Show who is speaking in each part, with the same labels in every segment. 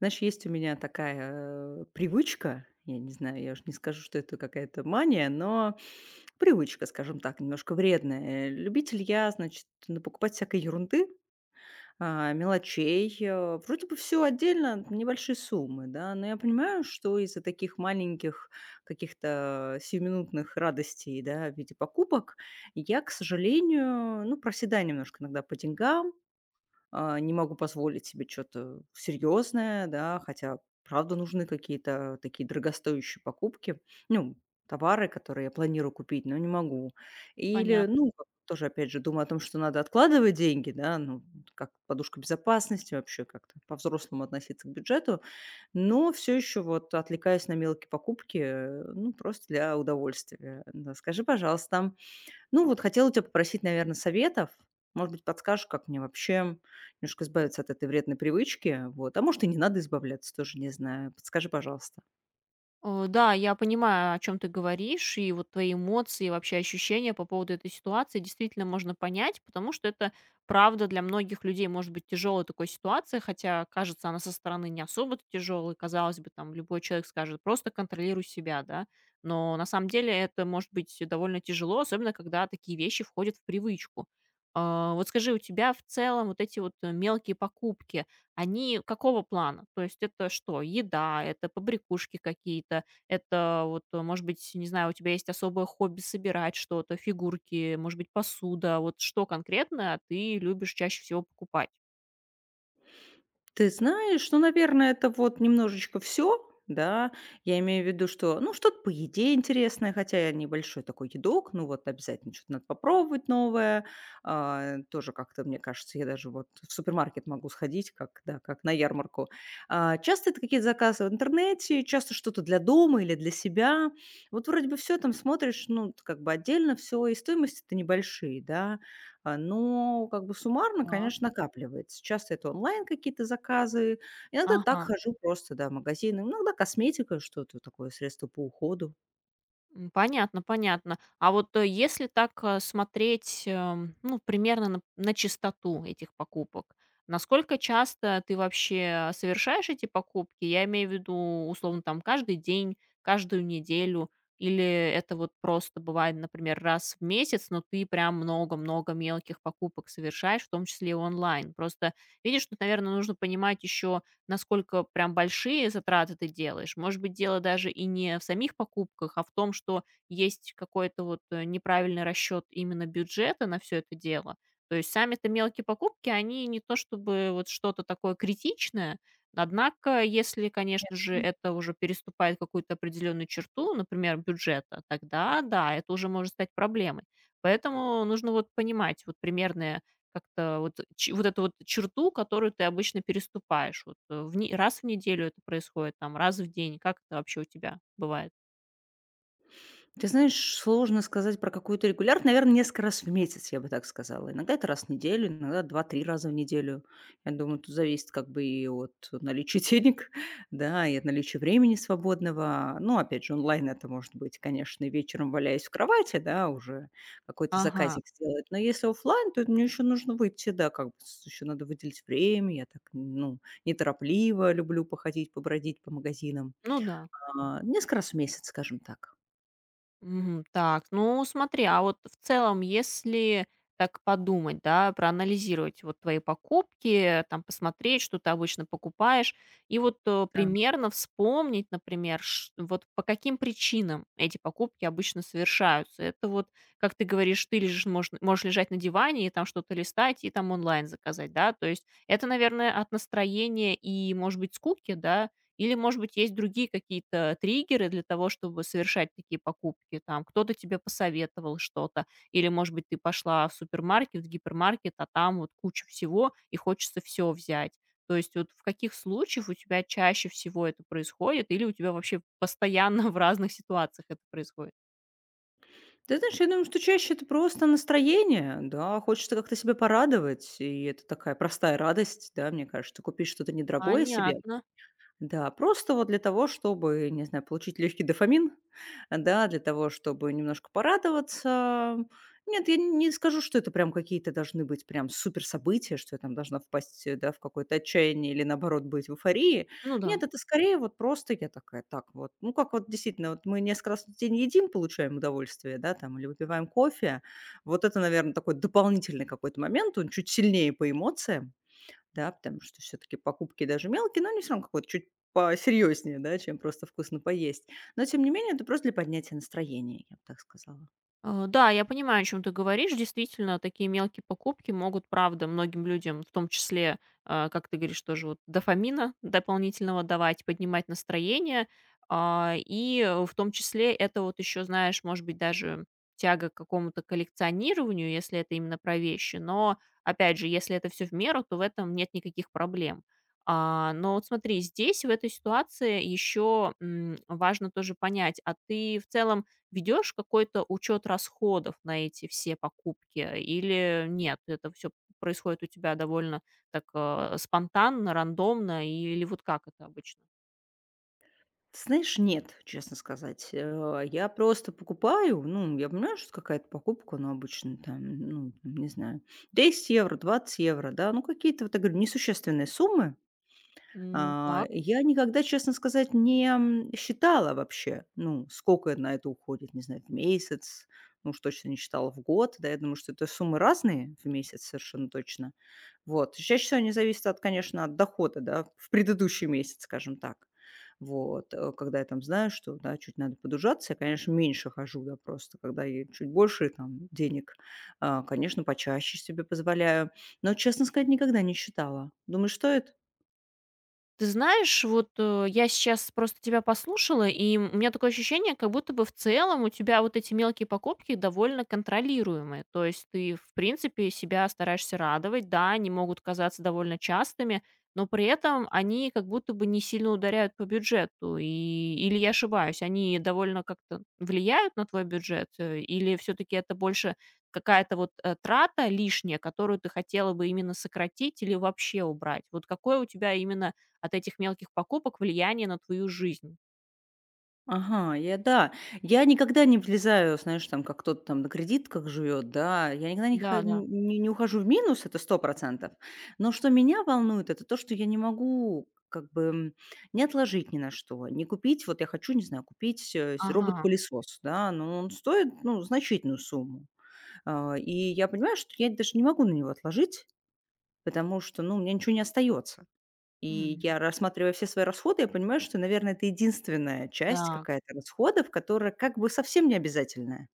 Speaker 1: Знаешь, есть у меня такая, привычка. Я не знаю, я уж не скажу, что это какая-то мания, но привычка, скажем так, немножко вредная. Любитель я, значит, напокупать всякой ерунды, мелочей. Вроде бы все отдельно, небольшие суммы, да, но я понимаю, что из-за таких маленьких каких-то сиюминутных радостей, да, в виде покупок, я, к сожалению, ну, проседаю немножко иногда по деньгам, не могу позволить себе что-то серьезное, да, хотя правда нужны какие-то такие дорогостоящие покупки, ну, товары, которые я планирую купить, но не могу. Или,
Speaker 2: Понятно.
Speaker 1: ну, как тоже, опять же, думаю о том, что надо откладывать деньги, да, ну, вот как подушка безопасности, вообще как-то по-взрослому относиться к бюджету, но все еще вот отвлекаюсь на мелкие покупки, ну, просто для удовольствия. Да. Скажи, пожалуйста, ну вот хотела у тебя попросить, наверное, советов. Может быть, подскажешь, как мне вообще немножко избавиться от этой вредной привычки. Вот. А может, и не надо избавляться, тоже не знаю. Подскажи, пожалуйста.
Speaker 2: Да, я понимаю, о чем ты говоришь, и вот твои эмоции, и вообще ощущения по поводу этой ситуации действительно можно понять, потому что это, правда, для многих людей может быть тяжёлой такой ситуация, хотя кажется она со стороны не особо-то. Казалось бы, там любой человек скажет: "Просто контролируй себя", да. Но на самом деле это может быть довольно тяжело, особенно когда такие вещи входят в привычку. Вот скажи, у тебя в целом вот эти вот мелкие покупки. Они какого плана? То есть это что? Еда, это побрякушки какие-то, это вот, может быть, не знаю, у тебя есть особое хобби собирать что-то, фигурки, может быть, посуда. Вот что конкретно ты любишь чаще всего покупать?
Speaker 1: Ты знаешь, ну, наверное, это вот немножечко все, да. Я имею в виду, что, ну, что-то по еде интересное, хотя я небольшой такой едок, ну, вот обязательно что-то надо попробовать новое. Тоже как-то, мне кажется, я даже вот в супермаркет могу сходить, как, да, как на ярмарку. Часто это какие-то заказы в интернете, часто что-то для дома или для себя. Вот вроде бы все там смотришь, ну, как бы отдельно все, и стоимости-то небольшие, да. Но как бы суммарно,
Speaker 2: Так.
Speaker 1: конечно, накапливается. Часто это онлайн какие-то заказы. Иногда так
Speaker 2: Ага.
Speaker 1: хожу просто, да, в магазины. Иногда косметика, что-то такое, средство по уходу.
Speaker 2: Понятно, понятно. А вот, если так, смотреть, ну, примерно на частоту этих покупок, насколько часто ты вообще совершаешь эти покупки? Я имею в виду, условно, там каждый день, каждую неделю, или это вот просто бывает, например, раз в месяц, но ты прям много-много мелких покупок совершаешь, в том числе и онлайн. Просто видишь, тут, наверное, нужно понимать еще насколько прям большие затраты ты делаешь. Может быть, дело даже и не в самих покупках, а в том, что есть какой-то вот неправильный расчет именно бюджета на все это дело. То есть сами-то мелкие покупки, они не то чтобы вот что-то такое критичное, однако, если, конечно же, это уже переступает какую-то определенную черту, например, бюджета, тогда да, это уже может стать проблемой. Поэтому нужно вот понимать вот примерные как-то вот ч вот эту вот черту, которую ты обычно переступаешь. Вот, э, в не раз в неделю это происходит, там раз в день. Как это вообще у тебя бывает?
Speaker 1: Ты знаешь, сложно сказать про какую-то регулярность. Наверное, несколько раз в месяц, я бы так сказала. Иногда это раз в неделю, иногда два-три раза в неделю. Я думаю, тут зависит как бы и от наличия денег, да, и от наличия времени свободного. Ну, опять же, онлайн это может быть, конечно, и вечером, валяясь в кровати, да, уже какой-то
Speaker 2: Ага,
Speaker 1: заказик сделать. Но если оффлайн, то мне еще нужно выйти, да, как бы еще надо выделить время. Я так, ну, неторопливо люблю походить, побродить по магазинам.
Speaker 2: ну да.
Speaker 1: Несколько раз в месяц, скажем так.
Speaker 2: Мгм. Так, ну смотри, а вот в целом, если так подумать, да, проанализировать вот твои покупки, там посмотреть, что ты обычно покупаешь, и вот примерно вспомнить, например, вот по каким причинам эти покупки обычно совершаются. Это вот, как ты говоришь, ты лежишь, можешь лежать на диване и там что-то листать, и там онлайн заказать, да, то есть это, наверное, от настроения и, может быть, скуки, да, или, может быть, есть другие какие-то триггеры для того, чтобы совершать такие покупки? Там кто-то тебе посоветовал что-то, или, может быть, ты пошла в супермаркет, в гипермаркет, а там вот куча всего, и хочется все взять. То есть вот в каких случаях у тебя чаще всего это происходит, или у тебя вообще постоянно в разных ситуациях это происходит?
Speaker 1: Ты знаешь, я думаю, что чаще это просто настроение, да, хочется как-то себя порадовать, и это такая простая радость, да, мне кажется. Купить что-то недорогое себе,
Speaker 2: Понятно.
Speaker 1: да, просто вот для того, чтобы, не знаю, получить легкий дофамин, да, для того, чтобы немножко порадоваться. Нет, я не скажу, что это прям какие-то должны быть прям супер события, что я там должна впасть, да, в какое-то отчаяние или наоборот быть в эйфории.
Speaker 2: Ну да.
Speaker 1: Нет, это скорее вот просто я такая, так вот, ну как вот действительно, вот мы несколько раз в день едим, получаем удовольствие, да, там, или выпиваем кофе. Вот это, наверное, такой дополнительный какой-то момент, он чуть сильнее по эмоциям. Да, потому что все таки покупки даже мелкие, но они всё равно какой-то чуть посерьезнее, да, чем просто вкусно поесть. Но тем не менее, это просто для поднятия настроения, я бы так сказала.
Speaker 2: Да, я понимаю, о чем ты говоришь. Действительно, такие мелкие покупки могут, правда, многим людям, в том числе, как ты говоришь, тоже вот дофамина дополнительного давать, поднимать настроение. И в том числе это вот еще, знаешь, может быть, даже тяга к какому-то коллекционированию, если это именно про вещи. Но, опять же, если это все в меру, то в этом нет никаких проблем. Но вот смотри, здесь, в этой ситуации, еще важно тоже понять, а ты в целом ведешь какой-то учет расходов на эти все покупки или нет? Это все происходит у тебя довольно так спонтанно, рандомно или вот как это обычно?
Speaker 1: Ты знаешь, нет, честно сказать. Я просто покупаю, ну, я понимаю, что какая-то покупка, но обычно там, ну, не знаю, 10 евро, 20 евро, да, ну, какие-то, вот я говорю, несущественные суммы.
Speaker 2: Так.
Speaker 1: Я никогда, честно сказать, не, м, считала вообще, ну, сколько на это уходит, не знаю, в месяц, ну, уж точно не считала в год, да, я думаю, что это суммы разные в месяц совершенно точно. Вот. Чаще всего они зависят от, конечно, от дохода, да, в предыдущий месяц, скажем так. Вот, когда я там знаю, что, да, чуть надо подужаться, я, конечно, меньше хожу, да, просто, когда и чуть больше там денег, конечно, почаще себе позволяю. Но, честно сказать, никогда не считала. Думаешь, стоит?
Speaker 2: Ты знаешь, вот, я сейчас просто тебя послушала, и у меня такое ощущение, как будто бы в целом у тебя вот эти мелкие покупки довольно контролируемые. То есть ты, в принципе, себя стараешься радовать. Да, они могут казаться довольно частыми, но при этом они как будто бы не сильно ударяют по бюджету. И или я ошибаюсь, они довольно как-то влияют на твой бюджет, или все таки это больше какая-то вот, трата лишняя, которую ты хотела бы именно сократить или вообще убрать? Вот какое у тебя именно от этих мелких покупок влияние на твою жизнь.
Speaker 1: Ага, я да. Я никогда не влезаю, знаешь, там, как кто-то там на кредитках живет, да. Я никогда не, ха-
Speaker 2: Да-да.
Speaker 1: не, не ухожу в минус, это 100%. Но что меня волнует, это то, что я не могу как бы не отложить ни на что, не купить, вот я хочу, не знаю, купить
Speaker 2: Ага.
Speaker 1: робот-пылесос, да, но он стоит, ну, значительную сумму. И я понимаю, что я даже не могу на него отложить, потому что, ну, у меня ничего не остается. И
Speaker 2: М,
Speaker 1: я, рассматривая все свои расходы, я понимаю, что, наверное, это единственная часть
Speaker 2: так.
Speaker 1: какая-то расходов, которая как бы совсем не обязательная.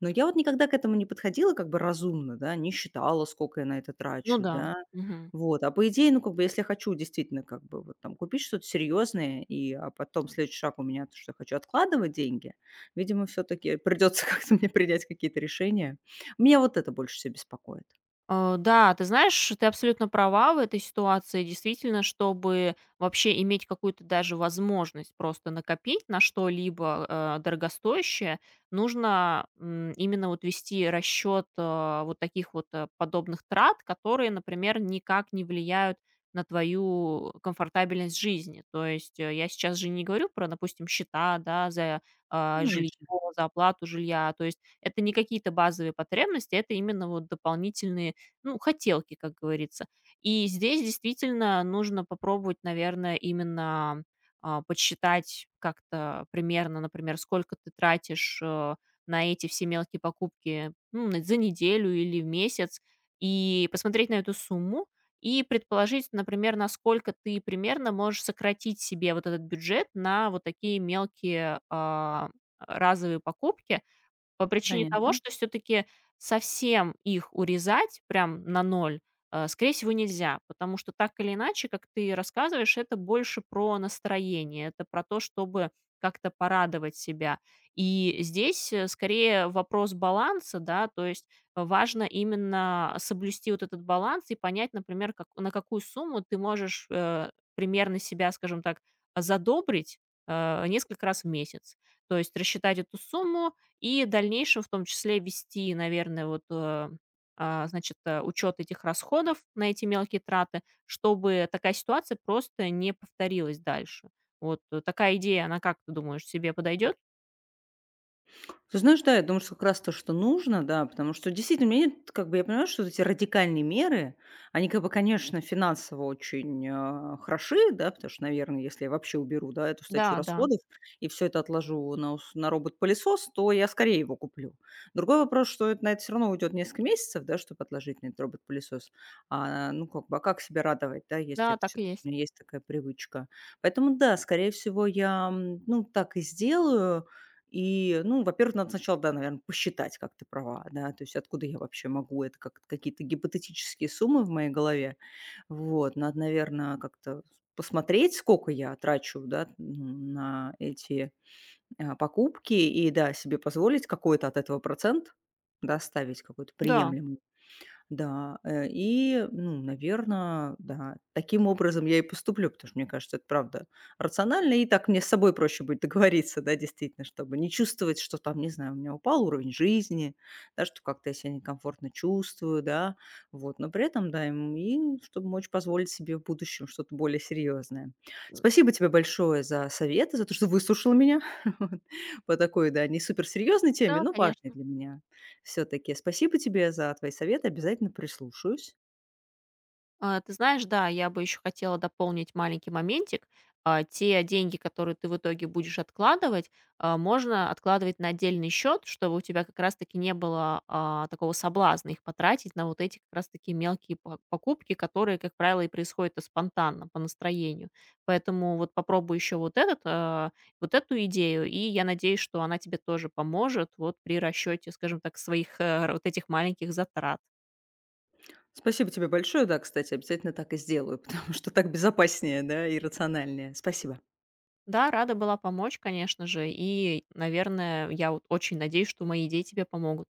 Speaker 1: Но я вот никогда к этому не подходила как бы разумно, да, не считала, сколько я на это
Speaker 2: Ну
Speaker 1: трачу,
Speaker 2: да.
Speaker 1: да.
Speaker 2: Мгм.
Speaker 1: Вот, а по идее, ну, как бы, если я хочу действительно, как бы, вот там купить что-то серьезное, и а потом следующий шаг у меня, то, что я хочу откладывать деньги, видимо, все-таки придется как-то мне принять какие-то решения. Меня вот это больше всего беспокоит.
Speaker 2: Да, ты знаешь, ты абсолютно права в этой ситуации. Действительно, чтобы вообще иметь какую-то даже возможность просто накопить на что-либо, дорогостоящее, нужно, именно вот вести расчет, вот таких вот, подобных трат, которые, например, никак не влияют на твою комфортабельность жизни. То есть, я сейчас же не говорю про, допустим, счета, да, за жилье,
Speaker 1: Конечно,
Speaker 2: за оплату жилья. То есть это не какие-то базовые потребности, это именно вот дополнительные, ну, хотелки, как говорится. И здесь действительно нужно попробовать, наверное, именно подсчитать как-то примерно, например, сколько ты тратишь на эти все мелкие покупки, ну, за неделю или в месяц, и посмотреть на эту сумму, и предположить, например, насколько ты примерно можешь сократить себе вот этот бюджет на вот такие мелкие разовые покупки, по причине того,
Speaker 1: понятно.
Speaker 2: что все таки совсем их урезать прям на ноль, скорее всего, нельзя, потому что так или иначе, как ты рассказываешь, это больше про настроение, это про то, чтобы как-то порадовать себя. И здесь, скорее вопрос баланса, да, то есть важно именно соблюсти вот этот баланс и понять, например, как на какую сумму ты можешь, примерно себя, скажем так, задобрить, несколько раз в месяц. То есть рассчитать эту сумму, и в дальнейшем, в том числе, вести, наверное, вот, учет этих расходов на эти мелкие траты, чтобы такая ситуация просто не повторилась дальше. Вот, такая идея, она как, ты думаешь, тебе подойдет?
Speaker 1: Ты знаешь, да, я думаю, что как раз то, что нужно, да, потому что действительно, мне нет, как бы я понимаю, что вот эти радикальные меры, они, как бы, конечно, финансово очень хороши, да, потому что, наверное, если я вообще уберу, да, эту статью
Speaker 2: Да, да.
Speaker 1: расходов и все это отложу на робот-пылесос, то я скорее его куплю. Другой вопрос, что это, на это все равно уйдет несколько месяцев, да, чтобы отложить на этот робот-пылесос. Ну, как бы, а как себя радовать, да, если
Speaker 2: Да,
Speaker 1: это все
Speaker 2: так и есть.
Speaker 1: есть такая привычка. Поэтому, да, скорее всего, я, ну, так и сделаю, и, ну, во-первых, надо сначала, да, наверное, посчитать, как ты права, да, то есть откуда я вообще могу, это как какие-то гипотетические суммы в моей голове. Вот, надо, наверное, как-то посмотреть, сколько я трачу, да, на эти покупки и, да, себе позволить какой-то от этого процент, да, ставить какой-то
Speaker 2: Да,
Speaker 1: приемлемый. Да, и, ну, наверное, да, таким образом я и поступлю, потому что, мне кажется, это правда рационально, и так мне с собой проще будет договориться, да, действительно, чтобы не чувствовать, что там, не знаю, у меня упал уровень жизни, да, что как-то я себя некомфортно чувствую, да, вот, но при этом, да, и чтобы мочь позволить себе в будущем что-то более серьезное. Спасибо тебе большое за советы, за то, что выслушал меня вот по такой, да, не суперсерьезной теме,
Speaker 2: да,
Speaker 1: но важной
Speaker 2: конечно.
Speaker 1: для меня все таки. Спасибо тебе за твои советы, обязательно прислушаюсь.
Speaker 2: Ты знаешь, да, я бы еще хотела дополнить маленький моментик. Те деньги, которые ты в итоге будешь откладывать, можно откладывать на отдельный счет, чтобы у тебя как раз-таки не было такого соблазна их потратить на вот эти как раз-таки мелкие покупки, которые, как правило, и происходят и спонтанно, по настроению. Поэтому вот попробуй еще вот, этот, вот эту идею, и я надеюсь, что она тебе тоже поможет вот при расчете, скажем так, своих вот этих маленьких затрат.
Speaker 1: Спасибо тебе большое. Да, кстати, обязательно так и сделаю, потому что так безопаснее, да, и рациональнее. Спасибо.
Speaker 2: Да, рада была помочь, конечно же. И, наверное, я вот очень надеюсь, что мои идеи тебе помогут.